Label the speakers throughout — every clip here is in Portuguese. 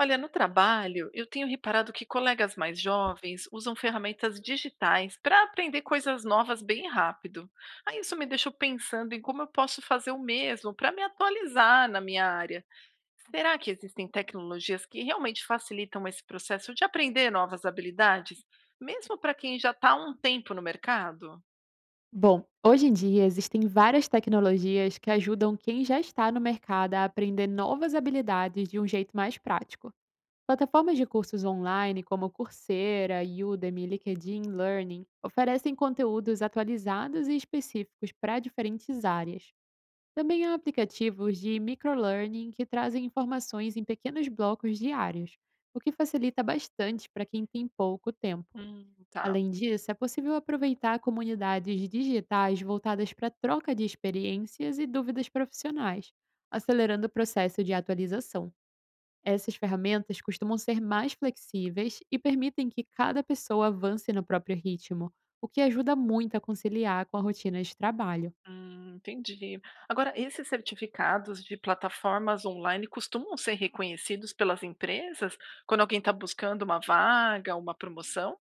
Speaker 1: Olha, no trabalho, eu tenho reparado que colegas mais jovens usam ferramentas digitais para aprender coisas novas bem rápido. Aí isso me deixou pensando em como eu posso fazer o mesmo para me atualizar na minha área. Será que existem tecnologias que realmente facilitam esse processo de aprender novas habilidades, mesmo para quem já está há um tempo no mercado?
Speaker 2: Bom, hoje em dia existem várias tecnologias que ajudam quem já está no mercado a aprender novas habilidades de um jeito mais prático. Plataformas de cursos online como Coursera, Udemy, LinkedIn Learning oferecem conteúdos atualizados e específicos para diferentes áreas. Também há aplicativos de microlearning que trazem informações em pequenos blocos diários, o que facilita bastante para quem tem pouco tempo.
Speaker 1: Tá.
Speaker 2: Além disso, é possível aproveitar comunidades digitais voltadas para troca de experiências e dúvidas profissionais, acelerando o processo de atualização. Essas ferramentas costumam ser mais flexíveis e permitem que cada pessoa avance no próprio ritmo, o que ajuda muito a conciliar com a rotina de trabalho.
Speaker 1: Entendi. Agora, esses certificados de plataformas online costumam ser reconhecidos pelas empresas quando alguém está buscando uma vaga, uma promoção?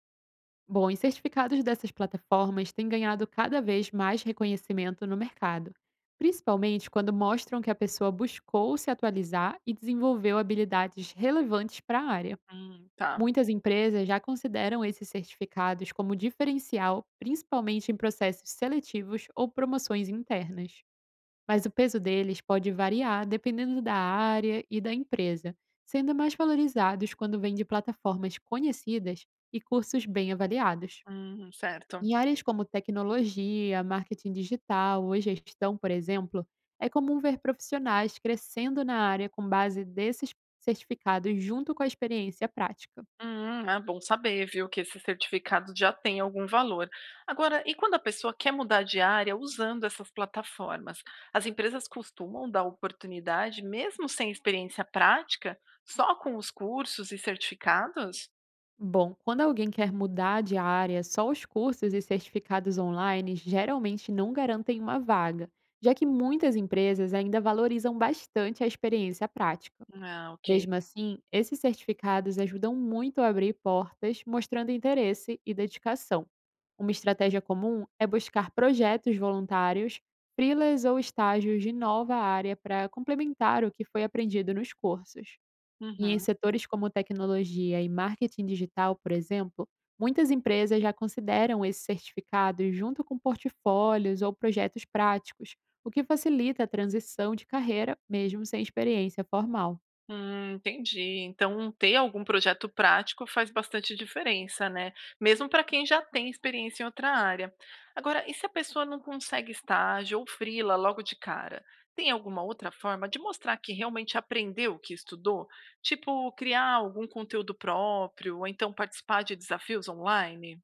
Speaker 2: Bom, os certificados dessas plataformas têm ganhado cada vez mais reconhecimento no mercado, principalmente quando mostram que a pessoa buscou se atualizar e desenvolveu habilidades relevantes para a área.
Speaker 1: Tá.
Speaker 2: Muitas empresas já consideram esses certificados como diferencial, principalmente em processos seletivos ou promoções internas. Mas o peso deles pode variar dependendo da área e da empresa, sendo mais valorizados quando vêm de plataformas conhecidas e cursos bem avaliados.
Speaker 1: Certo.
Speaker 2: Em áreas como tecnologia, marketing digital ou gestão, por exemplo, é comum ver profissionais crescendo na área com base desses certificados junto com a experiência prática.
Speaker 1: É bom saber, viu, que esses certificados já têm algum valor. Agora, e quando a pessoa quer mudar de área usando essas plataformas? As empresas costumam dar oportunidade, mesmo sem experiência prática, só com os cursos e certificados?
Speaker 2: Bom, quando alguém quer mudar de área, só os cursos e certificados online geralmente não garantem uma vaga, já que muitas empresas ainda valorizam bastante a experiência prática.
Speaker 1: Ah, ok.
Speaker 2: Mesmo assim, esses certificados ajudam muito a abrir portas, mostrando interesse e dedicação. Uma estratégia comum é buscar projetos voluntários, freelas ou estágios de nova área para complementar o que foi aprendido nos cursos. E em
Speaker 1: Uhum.
Speaker 2: setores como tecnologia e marketing digital, por exemplo, muitas empresas já consideram esses certificados junto com portfólios ou projetos práticos, o que facilita a transição de carreira, mesmo sem experiência formal.
Speaker 1: Entendi. Então, ter algum projeto prático faz bastante diferença, né? Mesmo para quem já tem experiência em outra área. Agora, e se a pessoa não consegue estágio ou freela logo de cara? Tem alguma outra forma de mostrar que realmente aprendeu o que estudou? Tipo, criar algum conteúdo próprio, ou então participar de desafios online?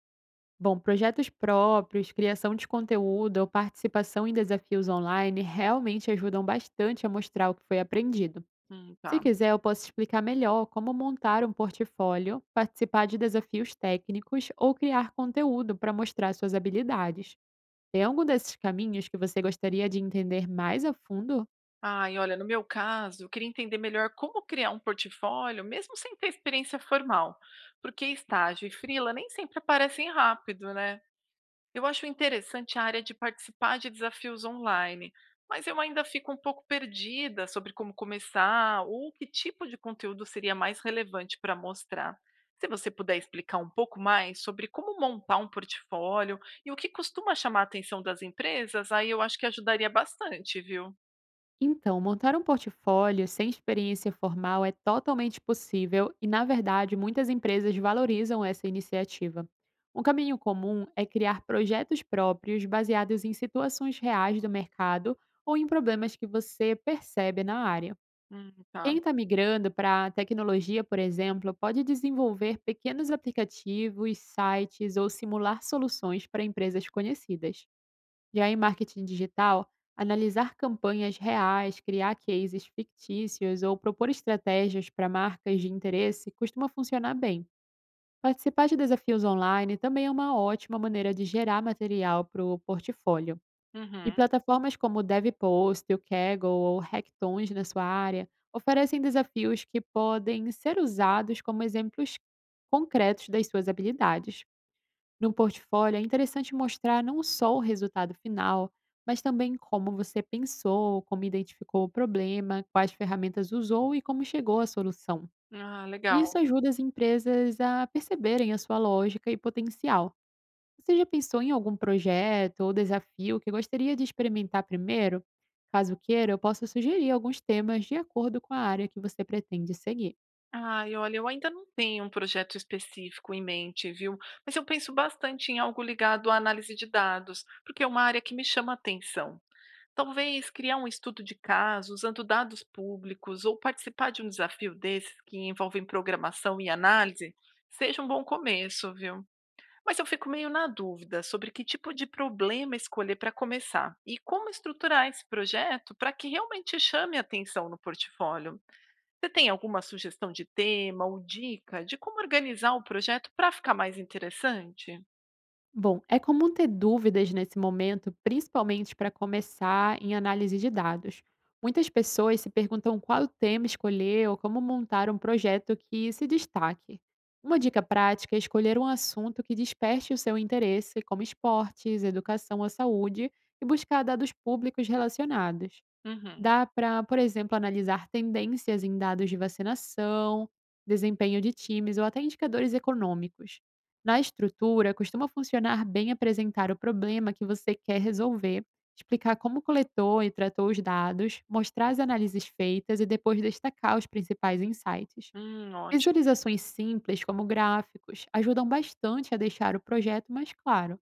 Speaker 2: Bom, projetos próprios, criação de conteúdo ou participação em desafios online realmente ajudam bastante a mostrar o que foi aprendido. Se
Speaker 1: Tá.
Speaker 2: quiser, eu posso explicar melhor como montar um portfólio, participar de desafios técnicos ou criar conteúdo para mostrar suas habilidades. Tem algum desses caminhos que você gostaria de entender mais a fundo?
Speaker 1: Ai, olha, no meu caso, eu queria entender melhor como criar um portfólio, mesmo sem ter experiência formal, porque estágio e freela nem sempre aparecem rápido, né? Eu acho interessante a área de participar de desafios online, mas eu ainda fico um pouco perdida sobre como começar ou que tipo de conteúdo seria mais relevante para mostrar. Se você puder explicar um pouco mais sobre como montar um portfólio e o que costuma chamar a atenção das empresas, aí eu acho que ajudaria bastante, viu?
Speaker 2: Então, montar um portfólio sem experiência formal é totalmente possível e, na verdade, muitas empresas valorizam essa iniciativa. Um caminho comum é criar projetos próprios baseados em situações reais do mercado ou em problemas que você percebe na área.
Speaker 1: Tá.
Speaker 2: Quem está migrando para tecnologia, por exemplo, pode desenvolver pequenos aplicativos, sites ou simular soluções para empresas conhecidas. Já em marketing digital, analisar campanhas reais, criar cases fictícios ou propor estratégias para marcas de interesse costuma funcionar bem. Participar de desafios online também é uma ótima maneira de gerar material para o portfólio. E
Speaker 1: Uhum.
Speaker 2: plataformas como o DevPost, o Kaggle ou Hackathons na sua área oferecem desafios que podem ser usados como exemplos concretos das suas habilidades. No portfólio, é interessante mostrar não só o resultado final, mas também como você pensou, como identificou o problema, quais ferramentas usou e como chegou à solução.
Speaker 1: Ah,
Speaker 2: Isso
Speaker 1: legal.
Speaker 2: ajuda as empresas a perceberem a sua lógica e potencial. Você já pensou em algum projeto ou desafio que gostaria de experimentar primeiro? Caso queira, eu posso sugerir alguns temas de acordo com a área que você pretende seguir.
Speaker 1: Ah, e olha, eu ainda não tenho um projeto específico em mente, viu? Mas eu penso bastante em algo ligado à análise de dados, porque é uma área que me chama a atenção. Talvez criar um estudo de caso usando dados públicos ou participar de um desafio desses que envolvem programação e análise seja um bom começo, viu? Mas eu fico meio na dúvida sobre que tipo de problema escolher para começar e como estruturar esse projeto para que realmente chame a atenção no portfólio. Você tem alguma sugestão de tema ou dica de como organizar o projeto para ficar mais interessante?
Speaker 2: Bom, é comum ter dúvidas nesse momento, principalmente para começar em análise de dados. Muitas pessoas se perguntam qual tema escolher ou como montar um projeto que se destaque. Uma dica prática é escolher um assunto que desperte o seu interesse, como esportes, educação ou saúde, e buscar dados públicos relacionados.
Speaker 1: Uhum.
Speaker 2: Dá para, por exemplo, analisar tendências em dados de vacinação, desempenho de times ou até indicadores econômicos. Na estrutura, costuma funcionar bem apresentar o problema que você quer resolver, explicar como coletou e tratou os dados, mostrar as análises feitas e depois destacar os principais insights.
Speaker 1: Ótimo.
Speaker 2: Visualizações simples, como gráficos, ajudam bastante a deixar o projeto mais claro.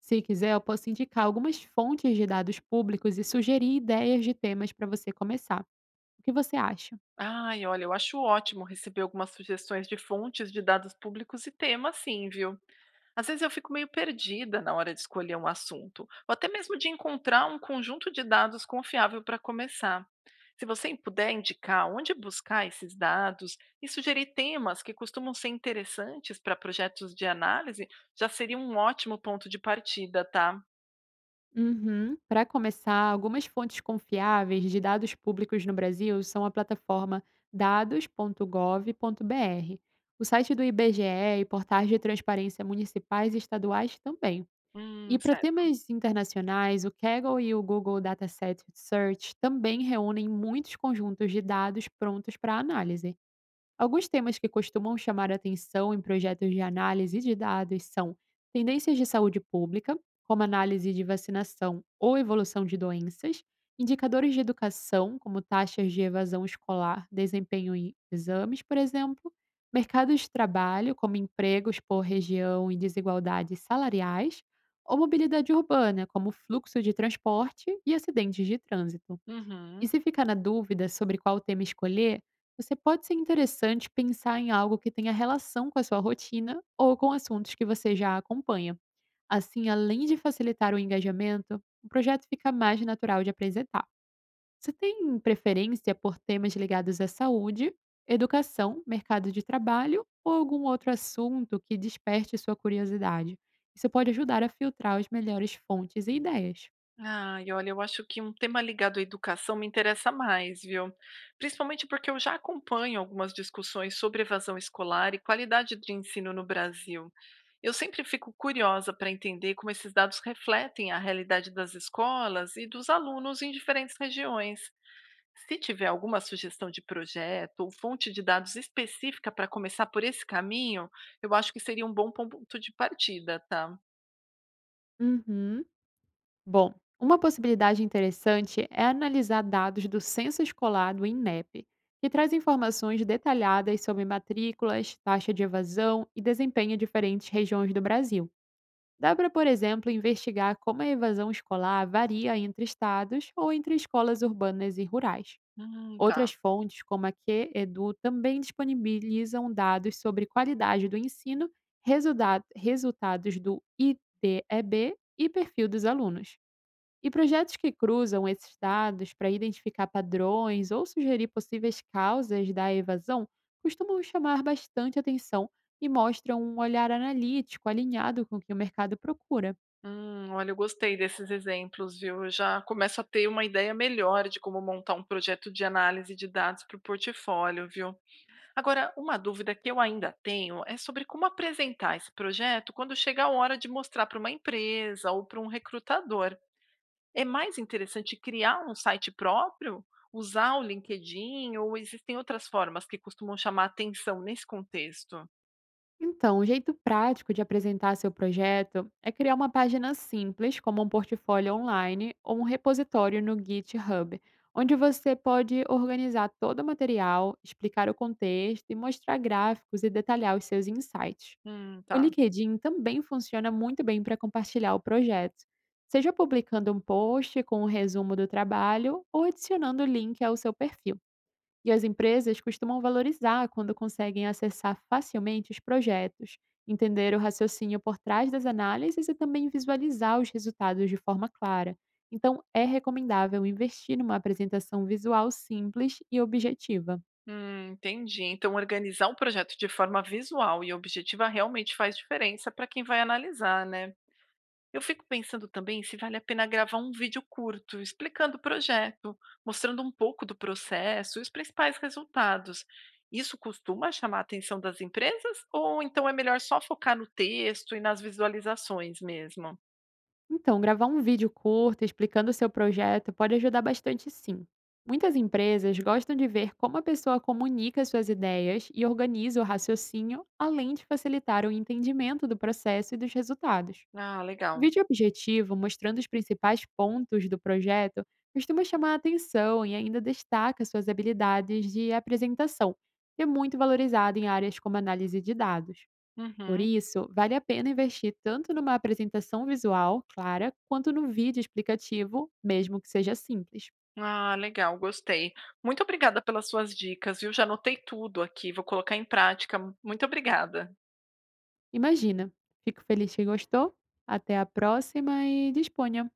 Speaker 2: Se quiser, eu posso indicar algumas fontes de dados públicos e sugerir ideias de temas para você começar. O que você acha?
Speaker 1: Ai, olha, eu acho ótimo receber algumas sugestões de fontes de dados públicos e temas, sim, viu? Às vezes eu fico meio perdida na hora de escolher um assunto, ou até mesmo de encontrar um conjunto de dados confiável para começar. Se você puder indicar onde buscar esses dados e sugerir temas que costumam ser interessantes para projetos de análise, já seria um ótimo ponto de partida, tá?
Speaker 2: Uhum. Para começar, algumas fontes confiáveis de dados públicos no Brasil são a plataforma dados.gov.br, o site do IBGE e portais de transparência municipais e estaduais também. E para
Speaker 1: Certo.
Speaker 2: temas internacionais, o Kaggle e o Google Dataset Search também reúnem muitos conjuntos de dados prontos para análise. Alguns temas que costumam chamar atenção em projetos de análise de dados são tendências de saúde pública, como análise de vacinação ou evolução de doenças, indicadores de educação, como taxas de evasão escolar, desempenho em exames, por exemplo, mercados de trabalho, como empregos por região e desigualdades salariais, ou mobilidade urbana, como fluxo de transporte e acidentes de trânsito. E
Speaker 1: Uhum.
Speaker 2: se ficar na dúvida sobre qual tema escolher, você pode ser interessante pensar em algo que tenha relação com a sua rotina ou com assuntos que você já acompanha. Assim, além de facilitar o engajamento, o projeto fica mais natural de apresentar. Você tem preferência por temas ligados à saúde, educação, mercado de trabalho ou algum outro assunto que desperte sua curiosidade? Isso pode ajudar a filtrar as melhores fontes e ideias.
Speaker 1: Ai, olha, eu acho que um tema ligado à educação me interessa mais, viu? Principalmente porque eu já acompanho algumas discussões sobre evasão escolar e qualidade de ensino no Brasil. Eu sempre fico curiosa para entender como esses dados refletem a realidade das escolas e dos alunos em diferentes regiões. Se tiver alguma sugestão de projeto ou fonte de dados específica para começar por esse caminho, eu acho que seria um bom ponto de partida, tá?
Speaker 2: Uhum. Bom, uma possibilidade interessante é analisar dados do censo escolar do INEP, que traz informações detalhadas sobre matrículas, taxa de evasão e desempenho em diferentes regiões do Brasil. Dá para, por exemplo, investigar como a evasão escolar varia entre estados ou entre escolas urbanas e rurais. Outras
Speaker 1: Tá.
Speaker 2: fontes, como a QEdu, também disponibilizam dados sobre qualidade do ensino, resultados do IDEB e perfil dos alunos. E projetos que cruzam esses dados para identificar padrões ou sugerir possíveis causas da evasão costumam chamar bastante atenção e mostram um olhar analítico alinhado com o que o mercado procura.
Speaker 1: Olha, eu gostei desses exemplos, viu? Eu já começo a ter uma ideia melhor de como montar um projeto de análise de dados para o portfólio, viu? Agora, uma dúvida que eu ainda tenho é sobre como apresentar esse projeto quando chega a hora de mostrar para uma empresa ou para um recrutador. É mais interessante criar um site próprio, usar o LinkedIn, ou existem outras formas que costumam chamar atenção nesse contexto?
Speaker 2: Então, um jeito prático de apresentar seu projeto é criar uma página simples, como um portfólio online ou um repositório no GitHub, onde você pode organizar todo o material, explicar o contexto e mostrar gráficos e detalhar os seus insights. O
Speaker 1: Tá.
Speaker 2: LinkedIn também funciona muito bem para compartilhar o projeto, seja publicando um post com um resumo do trabalho ou adicionando o link ao seu perfil. E as empresas costumam valorizar quando conseguem acessar facilmente os projetos, entender o raciocínio por trás das análises e também visualizar os resultados de forma clara. Então, é recomendável investir numa apresentação visual simples e objetiva.
Speaker 1: Entendi. Então, organizar um projeto de forma visual e objetiva realmente faz diferença para quem vai analisar, né? Eu fico pensando também se vale a pena gravar um vídeo curto explicando o projeto, mostrando um pouco do processo e os principais resultados. Isso costuma chamar a atenção das empresas ou então é melhor só focar no texto e nas visualizações mesmo?
Speaker 2: Então, gravar um vídeo curto explicando o seu projeto pode ajudar bastante, sim. Muitas empresas gostam de ver como a pessoa comunica suas ideias e organiza o raciocínio, além de facilitar o entendimento do processo e dos resultados.
Speaker 1: Ah,
Speaker 2: O
Speaker 1: legal.
Speaker 2: vídeo objetivo, mostrando os principais pontos do projeto, costuma chamar a atenção e ainda destaca suas habilidades de apresentação, que é muito valorizado em áreas como análise de dados. Por
Speaker 1: Uhum.
Speaker 2: isso, vale a pena investir tanto numa apresentação visual clara quanto no vídeo explicativo, mesmo que seja simples.
Speaker 1: Ah, legal, gostei. Muito obrigada pelas suas dicas, viu? Já anotei tudo aqui, vou colocar em prática. Muito obrigada.
Speaker 2: Imagina! Fico feliz que gostou. Até a próxima e disponha!